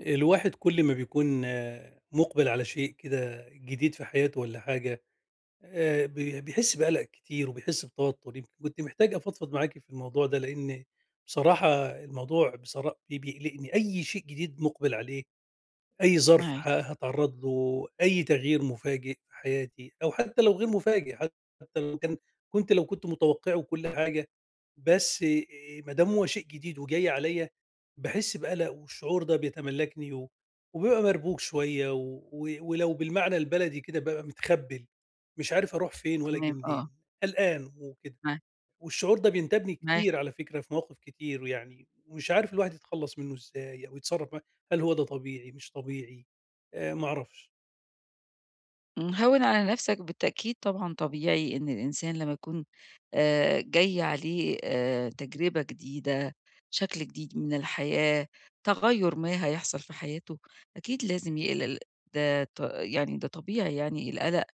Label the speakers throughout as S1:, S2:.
S1: الواحد كل ما بيكون مقبل على شيء كده جديد في حياته ولا حاجة. بيحس بقلق كتير وبيحس بتوتر. يمكن كنت محتاج أفضفض معاكي في الموضوع ده، لأن بصراحة الموضوع بصراحة بيقلقني. أي شيء جديد مقبل عليه، أي ظرف
S2: معاك،
S1: هاتعرّض له، أي تغيير مفاجئ في حياتي أو حتى لو غير مفاجئ، حتى لو كان لو كنت متوقّعه كل حاجة، بس ما دام هو شيء جديد وجاي عليّا، باحس بقلق، والشعور ده بيتملّكني، و وبابقى مربوك شوية، و و- ولو بالمعنى البلدي كده بابقى متخبِّل، مش عارف أروح فين ولا آجي
S2: تمام آه،
S1: منين، قلقان وكده.
S2: معاك،
S1: والشعور ده بينتابني
S2: معاك،
S1: كتير على فكرة، في مواقف كتير، ويعني ومش عارف الواحد يتخلّص منّه إزاي أو يتصرّف معاه. هل هو ده طبيعي مش طبيعي؟ ما أعرفش.
S2: هوّن على نفْسك بالتأكيد طبعًا طبيعي إن الإنسان لمّا يكون جاي عليه تجربة جديدة، شكل جديد من الحياة، تغيُّر ما هيحصل في حياته، أكيد لازم يقلق، ده يعني ده طبيعي يعني القلق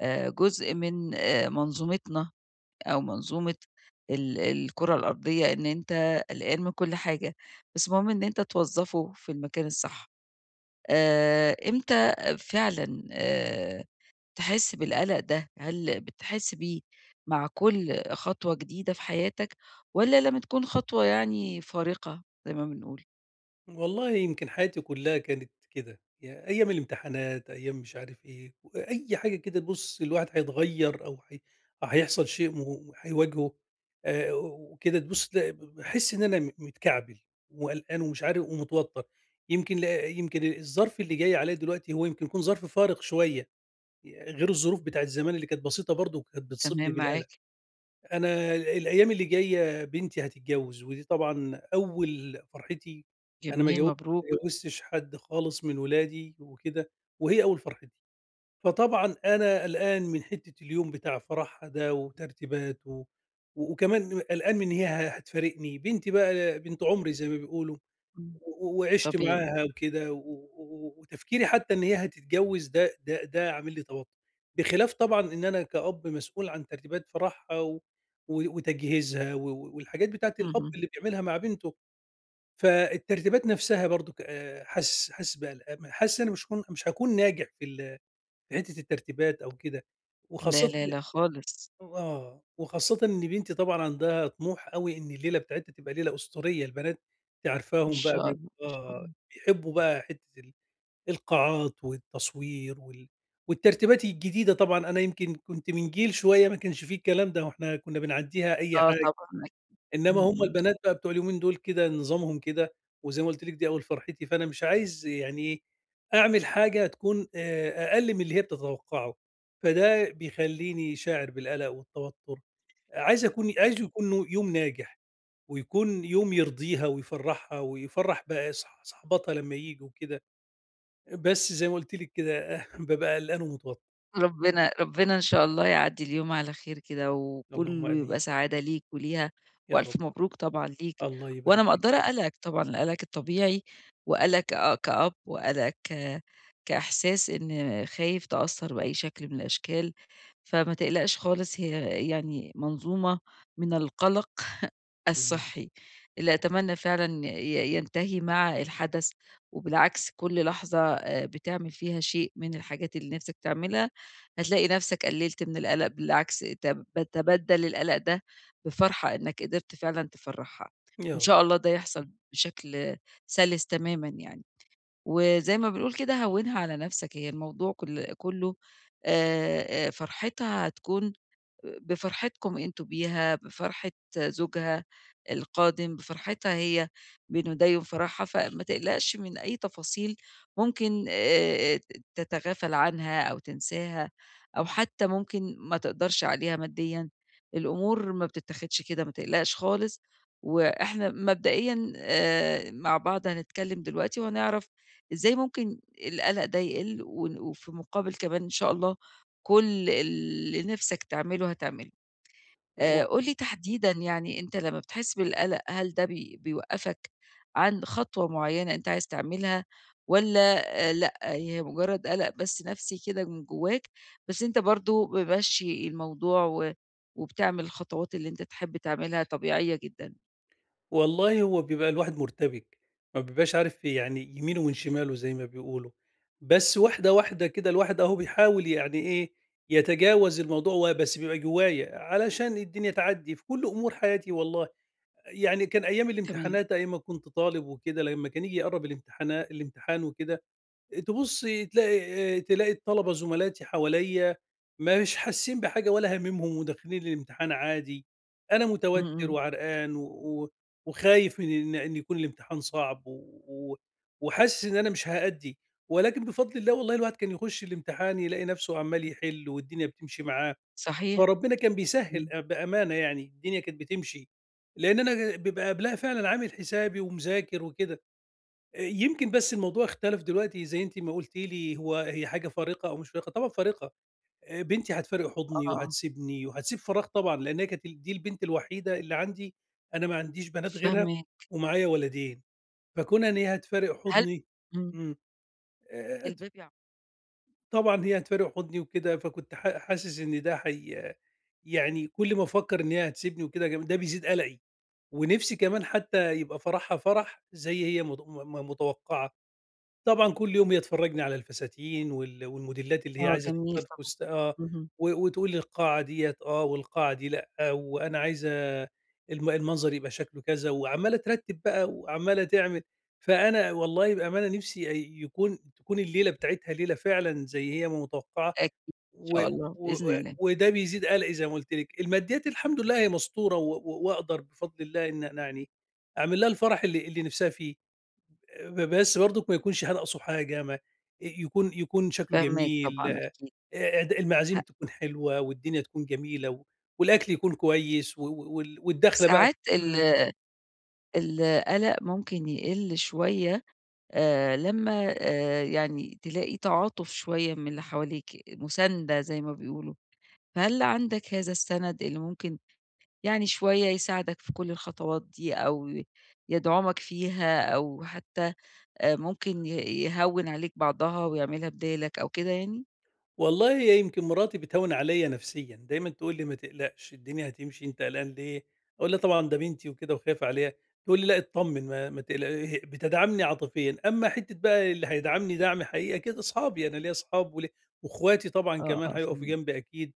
S2: جزء من منظومتنا أو منظومة الكرة الأرضية إن أنت قلقان من كل حاجة، بس المهم إن أنت توظّفه في المكان الصح. إمتى فعلًا تحس بالقلق ده؟ هل بتحس بيه مع كل خطوة جديدة في حياتك والّا لمّا تكون خطوة يعني فارقة زي ما بنقول؟
S1: والله يمكن حياتي كُلّها كانت كده، يا أيام الامتحانات، أيام مش عارف إيه، أي حاجة كده. بُص، الواحد هيتغيّر، أو هيحصل شيء هيواجهه. وكده تبُص تلاقي باحس إن أنا متكعبل وقلقان ومش عارف ومتوتّر. يمكن ل يمكن الظرف اللي جاي عليّا دلوقتي هو يمكن يكون ظرف فارق شوية، غير الظروف بتاعة زمان اللي كانت بسيطة برضه وكانت
S2: تمام
S1: بتصيبني بالقلق.
S2: معاك،
S1: أنا الأيام اللي جاية بنتي هتتجوّز، ودي طبعًا أول فرحتي. أنا
S2: جميل،
S1: ما
S2: مبروك،
S1: جوّزتش حد خالص من ولادي وكده، وهي أول فرحتي. فطبعًا أنا قلقان من حتّة اليوم بتاع فرحها ده وترتيبات، وكمان قلقان من إن هي هتفارقني، بنتي بقى بنت عمري زي ما بيقولوا.
S2: إمم،
S1: وعِشت
S2: طبيعي،
S1: معاها وكده، و و وتفكيري حتى إن هي هتتجوّز ده عامل لي توتُّر، بخلاف طبعًا إن أنا كأب مسؤول عن ترتيبات فرحها و و وتجهيزها و و والحاجات بتاعة الأب
S2: اهم،
S1: اللي بيعملها مع بنته، فالترتيبات نَفْسها برضه ك حاسس بقلق، حاسس أنا مش هاكون ناجح في حتّة الترتيبات أو كده،
S2: لا،
S1: وخاصةً
S2: لا، لا خالص،
S1: آه، وخاصةً إن بنتي طبعًا عندها طموح أوي إن الليلة بتاعتها تبقى ليلة أسطورية. البنات أنتِ
S2: إن
S1: عارفاهم بقى،
S2: شاء
S1: بيب
S2: الله، إن شاء
S1: آه،
S2: الله،
S1: بيحبوا بقى حتّة القاعات والتصوير والترتيبات الجديدة طبعًا. أنا يمكن كنت من جيل شوية ما كانش في الكلام ده، وإحنا كنا بنعدّيها أي
S2: آه
S1: حاجة،
S2: طبعًا
S1: إنّما
S2: إمم،
S1: هم
S2: إمم.
S1: البنات بقى بتوع اليومين دول كده نظامهم كده. وزي ما قُلت لِك دي أول فرحتي، فأنا مش عايز يعني إيه، أعمل حاجة تكون أقل من اللي هي بتتوقّعه، فده بيخلّيني شاعر بالقلق والتوتُّر. عايزه يكون يوم ناجح، ويكون يوم يرضيها ويفرّحها ويفرّح بقى صاحباتها لمّا ييجوا وكده، بس زي ما قُلت لِك كده بابقى قلقان ومتوتّر.
S2: ربنا ربنا إن شاء الله يعدّي اليوم على خير كده،
S1: اللهم
S2: وكلّه
S1: آمين.
S2: يبقى سعادة ليك وليها،
S1: يا رب.
S2: وألف مبروك طبعًا ليك،
S1: الله
S2: وأنا
S1: يبارك فيك.
S2: مقدّرة قلقك طبعًا، القلق الطبيعي وقلقك كأب وقلقك كإحساس إن خايف تأثّر بأي شكل من الأشكال، فما تقلقش خالص هي يعني منظومة من القلق
S1: اهم.
S2: الصحّي، اللي أتمنى فعلًا ينتهي مع الحدث، وبالعكس كل لحظة بتعمل فيها شيء من الحاجات اللي نِفْسك تعملها، هتلاقي نَفْسك قلّلت من القلق، بالعكس تبدّل القلق ده بفرحة إنّك قدرت فعلًا تفرّحها، وإن
S1: يا رب.
S2: شاء الله ده يحصل بشكل سَلِس تمامًا يعني، وزي ما بنقول كده هوّنها على نَفْسك، هي الموضوع كُلّه فرحتها هتكون بفرحتكم أنتم بيها، بفرحة زوجها القادم، بفرحتها هي بنديّم فرحها، فما تقلقش من أي تفاصيل ممكن تتغافل عنها أو تنساها أو حتى ممكن ما تقدرش عليها ماديًا، الأمور ما بتتاخدش كده ما تقلقش خالص، وإحنا مبدئيًا مع بعض هنتكلّم دلوقتي وهنعرف إزاي ممكن القلق ده يقِل وفي مقابل كمان إن شاء الله كل اللي نِفْسك تعمله هتعمله.
S1: و
S2: قُل لي تحديدًا يعني أنت لمّا بتحس بالقَلَق هل ده بيوقّفك عن خطوة معيّنة أنت عايز تعملها والّا لأ، هي مجرّد قَلَق بس نَفْسي كده من جوّاك، بس أنت برضه ممشّي الموضوع وبتعمل الخطوات اللي أنت تحب تعملها طبيعية جدًا؟
S1: والله هو بيبقى الواحد مرتبك، ما بيبقاش عارف يعني يمينه من شماله زي ما بيقولوا، بس واحدة، واحدة كده الواحد أهو بيحاول يعني إيه، يتجاوز الموضوع، و بس بيبقى جوايا، علشان الدنيا تعدّي في كل أمور حياتي والله. يعني كان أيام
S2: تمام.
S1: الامتحانات، أيام ما كنت طالب وكده، لمّا كان ييجي يقرّب الامتحان وكده، تبُص تلاقي الطلبة زملاتي حواليّا مش حاسين بحاجة ولا هاممهم، وداخلين الامتحان عادي. أنا
S2: إمم،
S1: متوتر
S2: إمم.
S1: وعرقان، و و وخايف من إن يكون الامتحان صعب، و و وحاسس إن أنا مش هأدّي. ولكن بفضل الله والله الواحد كان يخُش الامتحان يلاقي نَفْسه عمّال يحِل والدنيا بتمشي معاه.
S2: صحيح.
S1: فربنا كان بيسهّل
S2: إمم.
S1: بأمانة يعني، الدنيا كانت بتمشي، لإن أنا بيبقى قبلها فعلًا عامل حسابي ومذاكر وكده. يمكن بس الموضوع اختلف دلوقتي زي أنتِ ما قُلتِ لي، هي حاجة فارقة أو مش فارقة، طبعًا فارقة. بنتي هتفارق
S2: آه،
S1: حضني
S2: آه.
S1: وهتسيبني وهتسيب فراغ طبعًا، لإن هي كانت دي البنت الوحيدة اللي عندي، أنا ما عنديش بنات غيرها
S2: فاهماك.
S1: ومعايا ولدين. فكون إن هي هتفارق
S2: هل
S1: حضني.
S2: إمم.
S1: إمم. آآ
S2: الباب.
S1: طبعًا هي هتفارق حُضني وكده، فكنت حاسس إن ده يعني كل ما أفكّر إن هي هتسيبني وكده ده بيزيد قلقي، ونِفسي كمان حتى يبقى فرحها فرح زي هي مت م م متوقعة. طبعًا كل يوم هي تفرّجني على الفساتين والموديلات اللي هي
S2: آه
S1: عايزة
S2: جميل
S1: تختار
S2: طبعًا.
S1: فستان، آه،
S2: اهم.
S1: وتقول لي القاعة ديّة آه، والقاعة دي لأ، آه، وأنا عايزة المنظر يبقى شكله كذا، وعمّالة ترتّب بقى وعمّالة تعمل. فأنا والله بأمانة نِفْسي أ يكون تكون الليلة بتاعتها ليلة فعلًا زي هي ما متوقعة.
S2: أكيد. إن
S1: و
S2: شاء الله
S1: و
S2: بإذن الله.
S1: وده بيزيد قلقي زي ما قُلت لِك. الماديات الحمد لله هي مستورة، و و وأقدر بفضل الله إن أنا يعني أعمل لها الفرح اللي نِفْسها فيه. بس برضك ما يكونش هنقصه حاجة، ما يكون شكله
S2: فاهماك
S1: جميل،
S2: طبعًا أكيد.
S1: المعازيم
S2: ه
S1: تكون حلوة والدنيا تكون جميلة، والأكل يكون كويس، و و وال والدخلة بقى.
S2: ساعات
S1: إمم.
S2: القلق ممكن يقِل شوية لمّا يعني تلاقي تعاطُف شوية من اللي حواليكِ، مُساندة زي ما بيقولوا. فهل عندك هذا السَنَد اللي ممكن يعني شوية يساعدك في كل الخطوات دي أو يدعمك فيها أو حتى ممكن يهوِّن عليك بعضها ويعملها بدالك أو كده يعني؟
S1: والله هي يمكن مراتي بتهوِّن عليّا نفسيًا، دايمًا تقول لي: "ما تقلقش، الدنيا هتمشي، أنت قلقان ليه؟" أقول لها: "طبعًا ده بنتي وكده وخايف عليها." تقول لي: "لأ اتطمّن ما تقلق." بتدعمني عاطفيًا. أمّا حتّة بقى اللي هيدعمني دعم حقيقي أكيد أصحابي، أنا ليّا أصحاب واخواتي طبعًا
S2: آه،
S1: كمان
S2: آه
S1: هيقفوا
S2: فاهماك.
S1: جنبي أكيد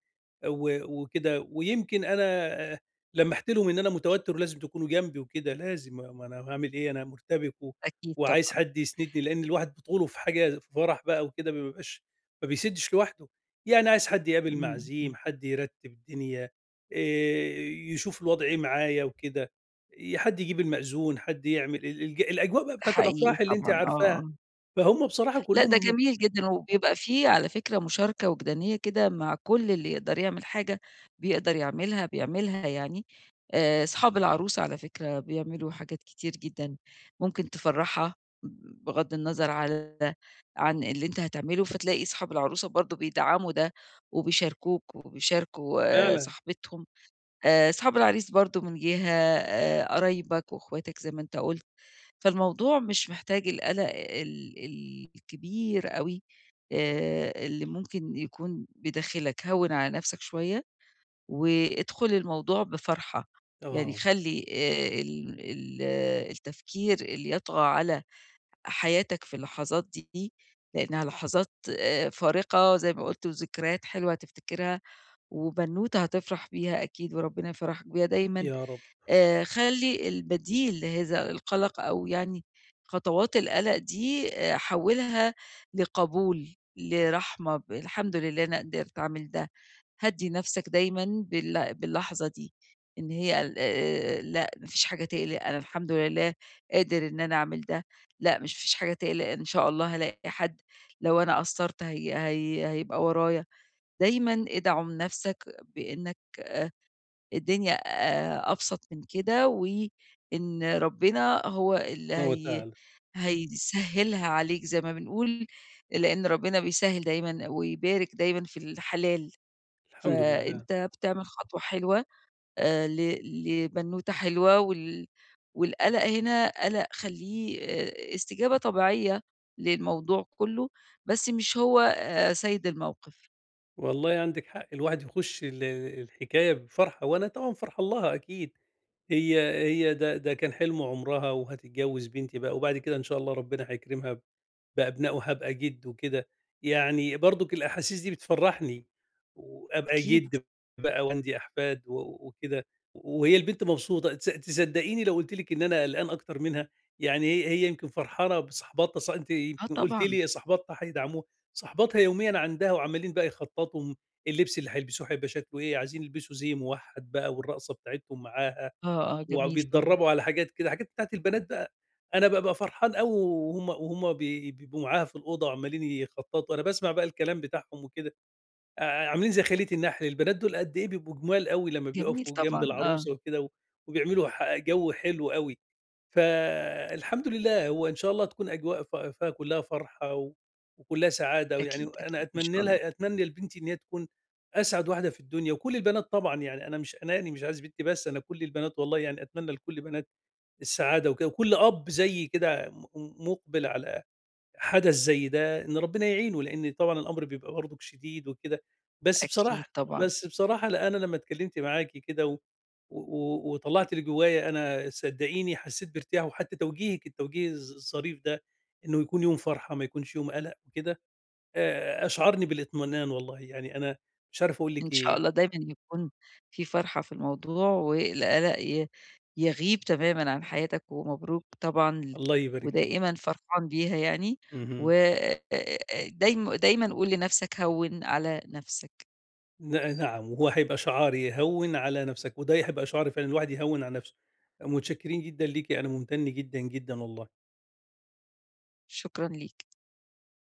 S1: وكده. ويمكن أنا لمّحت لهم إن أنا متوتّر ولازم تكونوا جنبي وكده، لازم ما أنا هاعمل إيه، أنا مُرتبك
S2: أكيد
S1: وعايز
S2: طبعًا.
S1: حد يسندني، لإن الواحد بطوله في حاجة في فرح بقى وكده، ما بيسدش لوحده. يعني عايز حد يقابل
S2: إمم، إمم.
S1: معازيم، حد يرتّب الدنيا، يشوف الوضع إيه معايا وكده، حد يجيب المأذون، حد يعمل ال الج الأجواء بقى
S2: ده
S1: بتاعة
S2: حقيقي
S1: الأفراح اللي أنتِ
S2: طبعًا، آه،
S1: عارفاها،
S2: آه.
S1: فهُم بصراحة
S2: لأ، ده
S1: كلّهم
S2: جميل جدًا، وبيبقى في على فكرة مشاركة وجدانية كده مع كل اللي يقدر يعمل حاجة بيقدر يعملها، بيعملها يعني. أصحاب العروسة على فكرة بيعملوا حاجات كتير جدًا ممكن تفرّحها بغض النظر عن اللي أنت هتعمله، فتلاقي أصحاب العروسة برضه بيدعموا ده وبيشاركوك وبيشاركوا
S1: فعلًا.
S2: صاحبتهم. أصحاب العريس برضه من جهة، قرايبك وأخواتك زي ما أنت قُلت. فالموضوع مش محتاج القلق ال ال الكبير أوي اللي ممكن يكون بداخلك، هوّن على نفْسك شوية، وادخل الموضوع بفرحة، يعني
S1: آه.
S2: خلّي ال ال آه، التفكير اللي يطغى على حياتك في اللحظات دي، لإنها لحظات فارقة زي ما قُلت وذكريات حلوة هتفتكرها، وبنوتة هتفرح بيها أكيد وربنا يفرحك بيها دايمًا.
S1: يا رب
S2: خلّي البديل لهذا القَلَق أو يعني خطوات القَلَق دي حوّلها لقبول، لرحمة، الحمد لله أنا قدرت أعمل ده، هدّي نَفْسك دايمًا باللحظة دي، إن هي ال لأ ما فيش حاجة تقلق، أنا الحمد لله قادر إن أنا أعمل ده، لأ مش فيش حاجة تقلق إن شاء الله هالاقي حَد، لو أنا قصّرت هي هيبقى ورايا، دايمًا ادعم نَفْسك بإنّك الدنيا أبسط من كده، وإن ربنا هو اللي
S1: وتعالى.
S2: هيسهّلها عليك زي ما بنقول، لإن ربنا بيسهّل دايمًا ويبارك دايمًا في الحلال،
S1: الحمد لله.
S2: فأنت بتعمل خطوة حلوة آآ ل لبنوتة حلوة والقلق هنا قلق خلّيه استجابة طبيعية للموضوع كُلّه، بس مش هو سيد الموقف،
S1: والله عندِك حق، الواحد يخُش الحكاية بفرحة. وأنا طبعًا فرحان لها أكيد. هي هي ده كان حلم عمرها، وهتتجوّز بنتي بقى. وبعد كده إن شاء الله ربنا هيكرمها بأبنائه، هابقى جِد وكده. يعني برضُك الأحاسيس دي بتفرّحني، وأبقى
S2: أكيد.
S1: جِد بقى وعندي أحفاد وكده. وهي البنت مبسوطة. تصدقيني لو قُلت لِك إن أنا قلقان أكتر منها. يعني هي يمكن فرحانة بصاحباتها، أنتِ
S2: آه
S1: يمكن قُلتِ
S2: طبعًا،
S1: لي صاحباتها هيدعموها. صاحباتها يوميًا عندها وعمّالين بقى يخططوا اللبس اللي هيلبسوه هيبقى شكله إيه، عايزين يلبسوا زي موحّد بقى والرقصة بتاعتهم معاها.
S2: آه، آه، جميل طبعًا،
S1: وبيتدرّبوا على حاجات كده، حاجات بتاعة البنات بقى. أنا بابقى فرحان أوي، وهُم بيبقوا معاها في الأوضة وعمّالين يخطّطوا، أنا باسمع بقى الكلام بتاعهم وكده. عاملين زي خلية النحل، البنات دول قد إيه بيبقوا جُمال أوي لمّا
S2: جميل
S1: بيقفوا جنب
S2: طبعًا، آه.
S1: العروسة وكده، وبيعملوا جو حلو أوي. فالحمد لله، هو إن شاء الله تكون أجواء فيها كلّها فرحة وكلّها سعادة. ويعني
S2: أكيد،
S1: أنا
S2: أكيد إن شاء
S1: أتمنى
S2: الله،
S1: لها، أتمنى لبنتي إن هي تكون أسعد واحدة في الدنيا، وكل البنات طبعًا، يعني أنا مش أناني، مش عايز بنتي بس، أنا كل البنات والله يعني أتمنى لكل البنات السعادة وكده، وكل أب زيي كده مُقبل على حدث زي ده إن ربنا يعينه، لإن طبعًا الأمر بيبقى برضك شديد وكده. بس
S2: أكيد
S1: بصراحة
S2: طبعًا،
S1: بس بصراحة لأ، أنا لمّا اتكلمت معاكِ كده و و وطلّعت اللي جوايا، أنا صدقيني حسيت بارتياح، وحتى توجيهِك، التوجيه الظريف ده، إنه يكون يوم فرحة ما يكونش يوم قلق وكده، أشعرني بالاطمئنان والله. يعني أنا مش عارف أقول
S2: إن
S1: لِك
S2: شاء
S1: إيه.
S2: الله دايمًا يكون في فرحة في الموضوع، والقلق يغيب تمامًا عن حياتك، ومبروك طبعًا
S1: الله يبارك فيكِ.
S2: ودائمًا فرحان بيها يعني، و
S1: اهم.
S2: دايمًا قُل لنفسك هوّن على نفسك،
S1: نعم، وهو هيبقى شعار "هوِّن على نفسك." وده هيبقى شعار فعلًا الواحد يهوِّن على نفسه. متشكرين جدًا ليكِ، أنا ممتن جدًا، جدًا والله.
S2: شكرًا ليك.